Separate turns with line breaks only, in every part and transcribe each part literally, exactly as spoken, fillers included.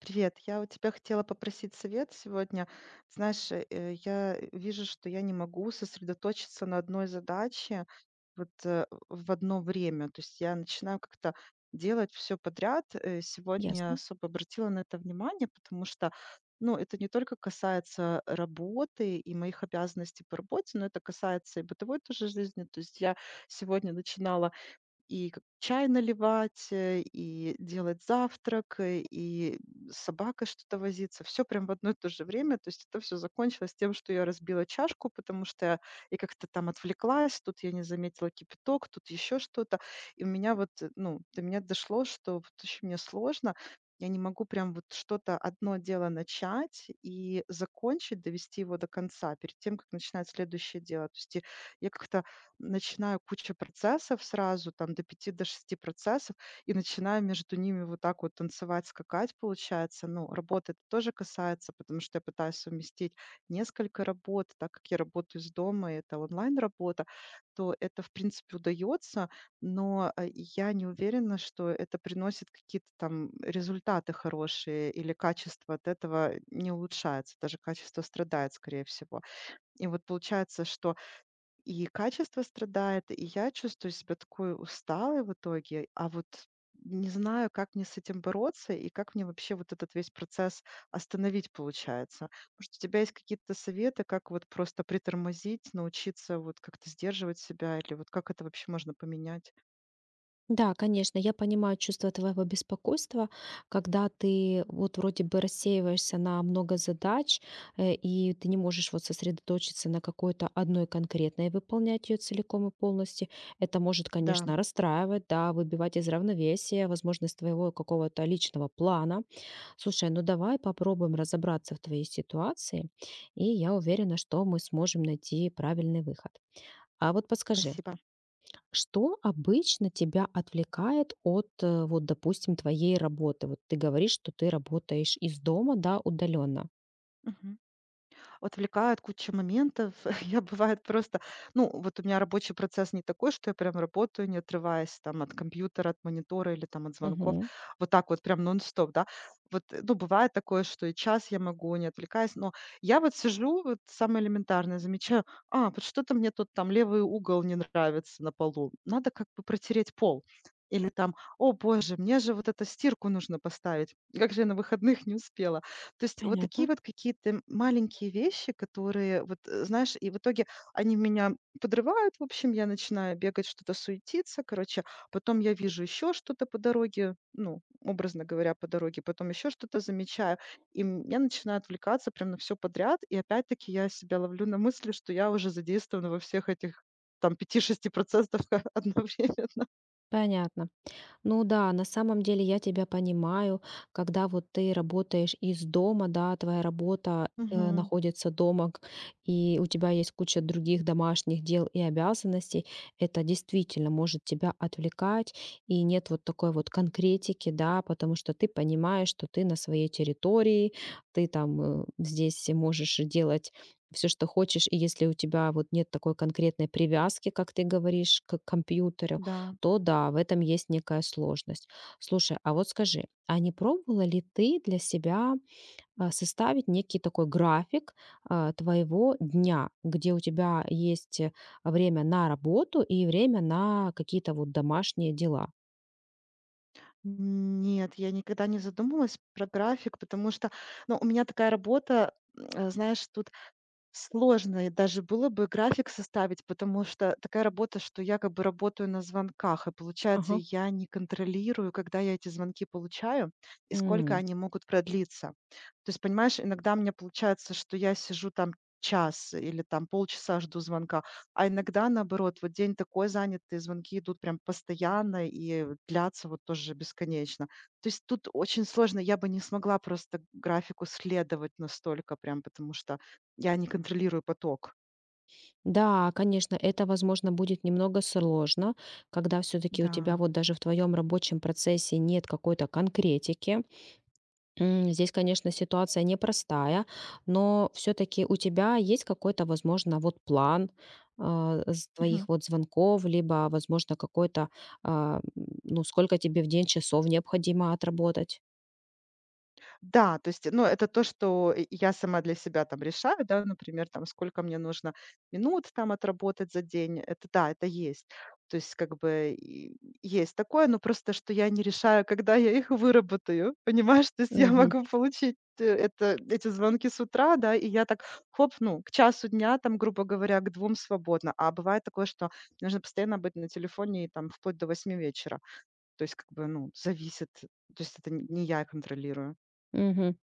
Привет, я у тебя хотела попросить совет сегодня. Знаешь, э, э, я э, вижу, что я не могу сосредоточиться на одной задаче вот э, в одно время. То есть я начинаю как-то делать все подряд. Э, Сегодня я
Ясно.
особо обратила на это внимание, потому что, ну, это не только касается работы и моих обязанностей по работе, но это касается и бытовой тоже жизни. То есть я сегодня начинала и к чай наливать, э, и делать завтрак, э, и собака что-то возиться. Все прям в одно и то же время. То есть это все закончилось тем, что я разбила чашку, потому что я я как-то там отвлеклась, тут я не заметила кипяток, тут еще что-то. И у меня вот, э, ну, до меня дошло, что вот очень мне сложно. Я не могу прям вот что-то одно дело начать и закончить, довести его до конца перед тем, как начинать следующее дело. То есть и я как-то начинаю куча процессов сразу, там до пяти до шести процессов, и начинаю между ними вот так вот танцевать, скакать, получается. Ну, работа это тоже касается, потому что я пытаюсь совместить несколько работ, так как я работаю из дома, и это онлайн-работа, то это, в принципе, удается, но э, я не уверена, что это приносит какие-то там результаты хорошие или качество от этого не улучшается, даже качество страдает, скорее всего. И вот получается, что и качество страдает, и я чувствую себя такой усталой в итоге. А вот не знаю, как мне с этим бороться и как мне вообще вот этот весь процесс остановить получается. Может, у тебя есть какие-то советы, как вот просто притормозить, научиться вот как-то сдерживать себя или вот как это вообще можно поменять?
Да, конечно, я понимаю чувство твоего беспокойства, когда ты вот вроде бы рассеиваешься на много задач, э, и ты не можешь вот сосредоточиться на какой-то одной конкретной, и выполнять ее целиком и полностью. Это может,
Да,
конечно, расстраивать, да, выбивать из равновесия возможность твоего какого-то личного плана. Слушай, ну давай попробуем разобраться в твоей ситуации, и я уверена, что мы сможем найти правильный выход. А вот подскажи,
спасибо.
Что обычно тебя отвлекает от, э, вот, допустим, твоей работы? Вот ты говоришь, что ты работаешь из дома, да, удаленно.
Отвлекает куча моментов. Я, бывает, просто ну, вот у меня рабочий процесс не такой, что я прям работаю, не отрываясь там от компьютера, от монитора или там от звонков.
Мгм.
Вот так вот прям нон-стоп, да. Вот, э, ну, бывает такое, что и час я могу, не отвлекаясь. Но я вот сижу, вот самое элементарное, замечаю: "А, вот что-то мне тут там левый угол не нравится на полу. Надо как бы протереть пол". Или там: "О боже, мне же вот это стирку нужно поставить. Как же я на выходных не успела". То есть вот такие
Понятно,
вот какие-то маленькие вещи, которые вот, э, знаешь, и в итоге они меня подрывают. В общем, я начинаю бегать, что-то суетиться. Короче, потом я вижу еще что-то по дороге, ну, образно говоря, по дороге, потом еще что-то замечаю. И м я начинаю отвлекаться прям на все подряд. И опять-таки я себя ловлю на мысли, что я уже задействована во всех этих там пяти шести процентах одновременно.
понятно. Ну да, на самом деле я тебя понимаю, когда вот ты работаешь из дома, да, твоя работа э,
Мгм.
находится дома, к- и у тебя есть куча других домашних дел и обязанностей, это действительно может тебя отвлекать, и нет вот такой вот конкретики, да, потому что ты понимаешь, что ты на своей территории, ты там э, здесь можешь делать все, что хочешь, и если у тебя вот нет такой конкретной привязки, как ты говоришь, к компьютеру,
Да.
то да, в этом есть некая сложность. Слушай, а вот скажи, а не пробовала ли ты для себя а, составить некий такой график а, твоего дня, где у тебя есть э, время на работу и время на какие-то вот домашние дела?
Нет, я никогда не задумывалась про график, потому что, ну, у меня такая работа, м, э, знаешь, тут сложно и даже было бы график составить, потому что такая работа, что я как бы работаю на звонках, и получается,
Ага.
я не контролирую, когда я эти звонки получаю и сколько
М,
они могут продлиться. То есть, понимаешь, иногда мне получается, что я сижу там час или там полчаса жду звонка, а иногда наоборот, вот день такой занятый, звонки идут прям постоянно и длятся вот тоже бесконечно. То есть тут очень сложно, я бы не смогла просто графику следовать настолько прям, потому что я не контролирую поток.
Да, конечно, это, возможно, будет немного сложно, когда все-таки у тебя
Да.
вот даже в твоем рабочем процессе нет какой-то конкретики. М, Здесь, конечно, ситуация непростая, но все-таки у тебя есть какой-то, возможно, вот план а, с
Мгм.
твоих вот звонков, либо, возможно, какой-то, а, м, ну, сколько тебе в день часов необходимо отработать?
Да, то есть, ну, это то, что и я сама для себя там решаю, да, например, там, сколько мне нужно минут там отработать за день. Это да, это есть. То есть, как бы и есть такое, но просто, что я не решаю, когда я их выработаю, понимаешь? То есть я
Мгм.
могу получить э, это, эти звонки с утра, да, и я так, хоп, ну, к часу дня, там, грубо говоря, к двум свободно. А бывает такое, что нужно постоянно быть на телефоне и там вплоть до восьми вечера. То есть как бы, ну, зависит. То есть это н не я контролирую.
Мгм.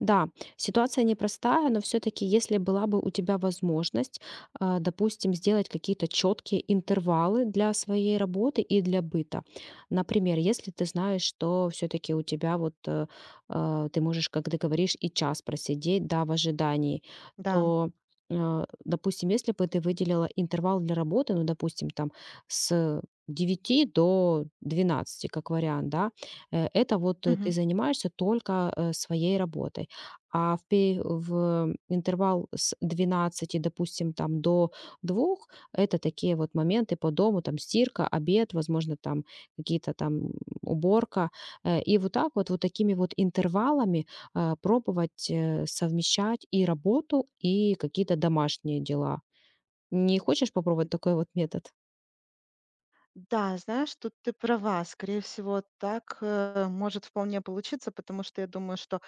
Да, ситуация непростая, но все-таки, если была бы у тебя возможность, а, допустим, сделать какие-то четкие интервалы для своей работы и для быта. Например, если ты знаешь, что все-таки у тебя вот э, а, ты можешь, как ты говоришь, и час просидеть, да, в ожидании,
Да.
то э, допустим, если бы ты выделила интервал для работы, ну, допустим, там с девяти до двенадцати, как вариант, да, э, это вот э, ты
Мгм.
занимаешься только э, своей работой. А в пе в интервал с двенадцати, допустим, там до двух, это такие вот моменты по дому, там стирка, обед, возможно, там какие-то там уборка. Э, и вот так вот, вот такими вот интервалами, э, пробовать, э, совмещать и работу, и какие-то домашние дела. Не хочешь попробовать такой вот метод?
Да, знаешь, тут ты права. Скорее всего, так, э, может вполне получиться, потому что я думаю, что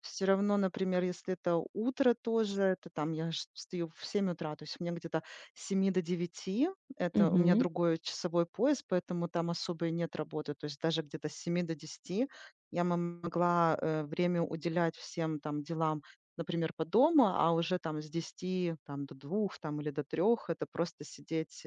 все равно, например, если это утро тоже, это там я ж встаю в семь утра, то есть у меня где-то с семи до девяти, это у меня
Мгм.
другой часовой пояс, поэтому там особо и нет работы. То есть даже где-то с семи до десяти я м- могла э, время уделять всем там делам, например, по дому, а уже там с десяти там, до двух там, или до трех это просто сидеть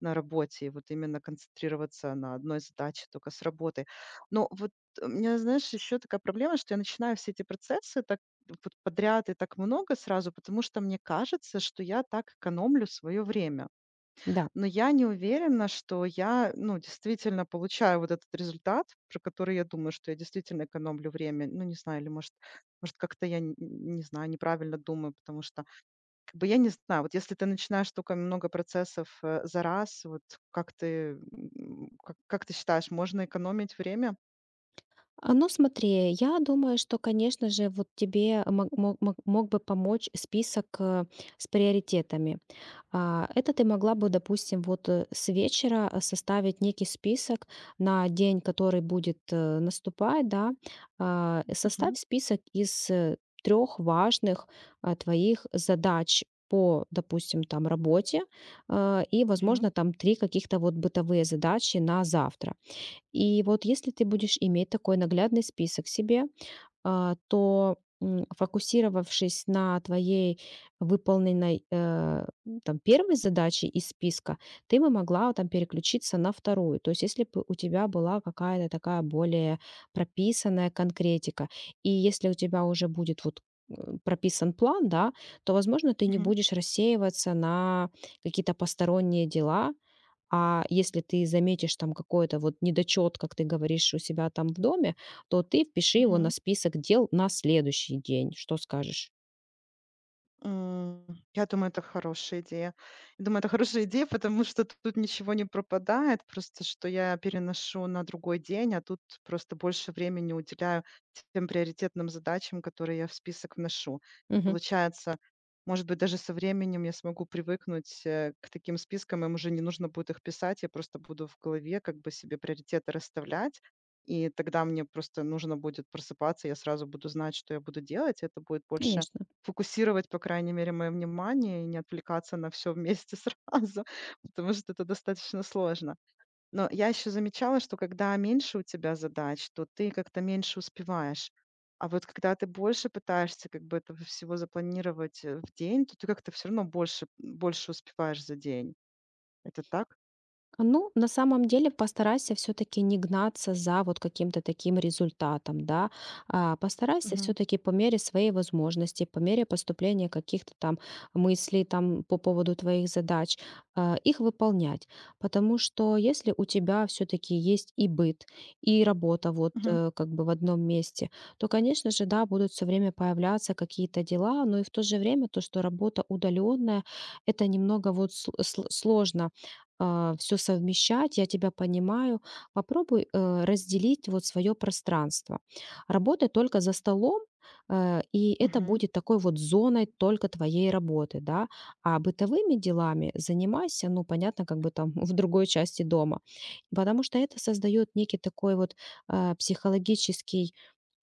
на работе, и вот именно концентрироваться на одной задаче только с работы. Но вот у меня, знаешь, еще такая проблема, что я начинаю все эти процессы так вот подряд и так много сразу, потому что мне кажется, что я так экономлю свое время.
Да.
Но я не уверена, что я, ну, действительно получаю вот этот результат, про который я думаю, что я действительно экономлю время. Ну, не знаю, или может, может как-то я, н- не знаю, неправильно думаю, потому что как бы я не знаю, вот если ты начинаешь тока много процессов, э, за раз, вот как ты, м, как как ты считаешь, можно экономить время?
А, ну, смотри, я думаю, что, конечно же, вот тебе мог мог мог мог бы помочь список, э, с приоритетами. А, Это ты могла бы, допустим, вот э, с вечера э, составить некий список на день, который будет э, наступать, да. А,
Мгм,
Составь список из трех важных а, твоих задач по, допустим, там работе а, и,
мгм,
возможно, там три каких-то вот бытовые задачи на завтра. И вот если ты будешь иметь такой наглядный список себе, а, то, м, фокусировавшись на твоей выполненной, э, м, там первой задаче из списка, ты бы могла там переключиться на вторую. То есть если бы у тебя была какая-то такая более прописанная конкретика. И если у тебя уже будет вот, э, прописан план, да, то, возможно, ты не
мгм,
будешь рассеиваться на какие-то посторонние дела, а если ты заметишь там какой-то вот недочет, как ты говоришь, у себя там в доме, то ты впиши его на
мгм.
список дел на следующий день. Что скажешь?
М, я думаю, это хорошая идея. Я думаю, это хорошая идея, потому что т- тут ничего не пропадает, просто что я переношу на другой день, а тут просто больше времени уделяю тем приоритетным задачам, которые я в список вношу.
Мгм.
Получается, может быть, даже со временем я смогу привыкнуть, э, к таким спискам, им уже не нужно будет их писать, я просто буду в голове как бы себе приоритеты расставлять, и тогда мне просто нужно будет просыпаться, я сразу буду знать, что я буду делать, это будет больше
Конечно.
фокусировать, по крайней мере, мое внимание и не отвлекаться на все вместе сразу, потому что это достаточно сложно. Но я еще замечала, что когда меньше у тебя задач, то ты как-то меньше успеваешь. А вот когда ты больше пытаешься как бы этого всего запланировать, э, в день, то ты как-то все равно больше больше успеваешь за день. Это так?
Ну, на самом деле постарайся все-таки не гнаться за вот каким-то таким результатом, да. А, постарайся
Мгм.
все-таки по мере своей возможности, по мере поступления каких-то там мыслей там по поводу твоих задач, а, их выполнять. Потому что если у тебя все-таки есть и быт, и работа вот
Мгм.
э, как бы в одном месте, то, конечно же, да, будут все время появляться какие-то дела, но и в то же время то, что работа удаленная, это немного вот сл- сл- сложно все совмещать, я тебя понимаю. Попробуй э, разделить вот свое пространство. Работай только за столом, э, и это
Мгм.
будет такой вот зоной только твоей работы, да. А бытовыми делами занимайся, ну, понятно, как бы там в другой части дома, потому что это создает некий такой вот э, психологический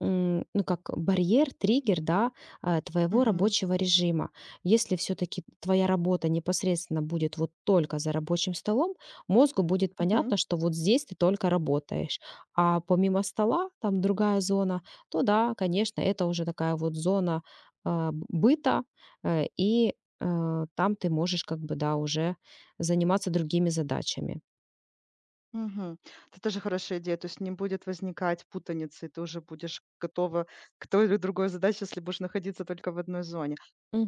м, ну, как барьер, триггер, да, э, твоего
Мгм.
рабочего режима. Если все-таки твоя работа непосредственно будет вот только за рабочим столом, мозгу будет
Мгм.
понятно, что вот здесь ты только работаешь. А помимо стола, там другая зона, то да, конечно, это уже такая вот зона а, б- быта, э, и э, там ты можешь как бы, да, уже заниматься другими задачами.
Мгм. Это тоже хорошая идея. То есть не будет возникать путаницы, ты уже будешь готова к той или другой задаче, если будешь находиться только в одной зоне.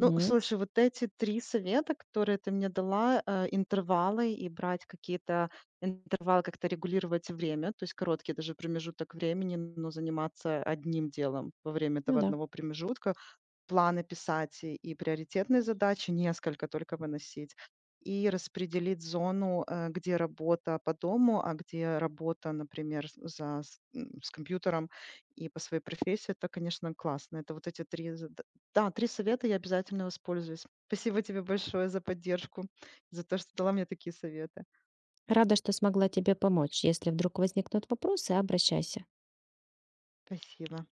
Ну, слушай, вот эти три совета, которые ты мне дала, э, интервалы и брать какие-то интервалы, как-то регулировать время, то есть короткий даже промежуток времени, но заниматься одним делом во время этого
Ну да.
одного промежутка, планы писать и, и приоритетные задачи, несколько только выносить. И распределить зону, э, где работа по дому, а где работа, например, с за с м, с компьютером и по своей профессии. Это, конечно, классно. Это вот эти три, зад да, три совета, я обязательно воспользуюсь. Спасибо тебе большое за поддержку, за то, что дала мне такие советы.
Рада, что смогла тебе помочь. Если вдруг возникнут вопросы, обращайся.
Спасибо.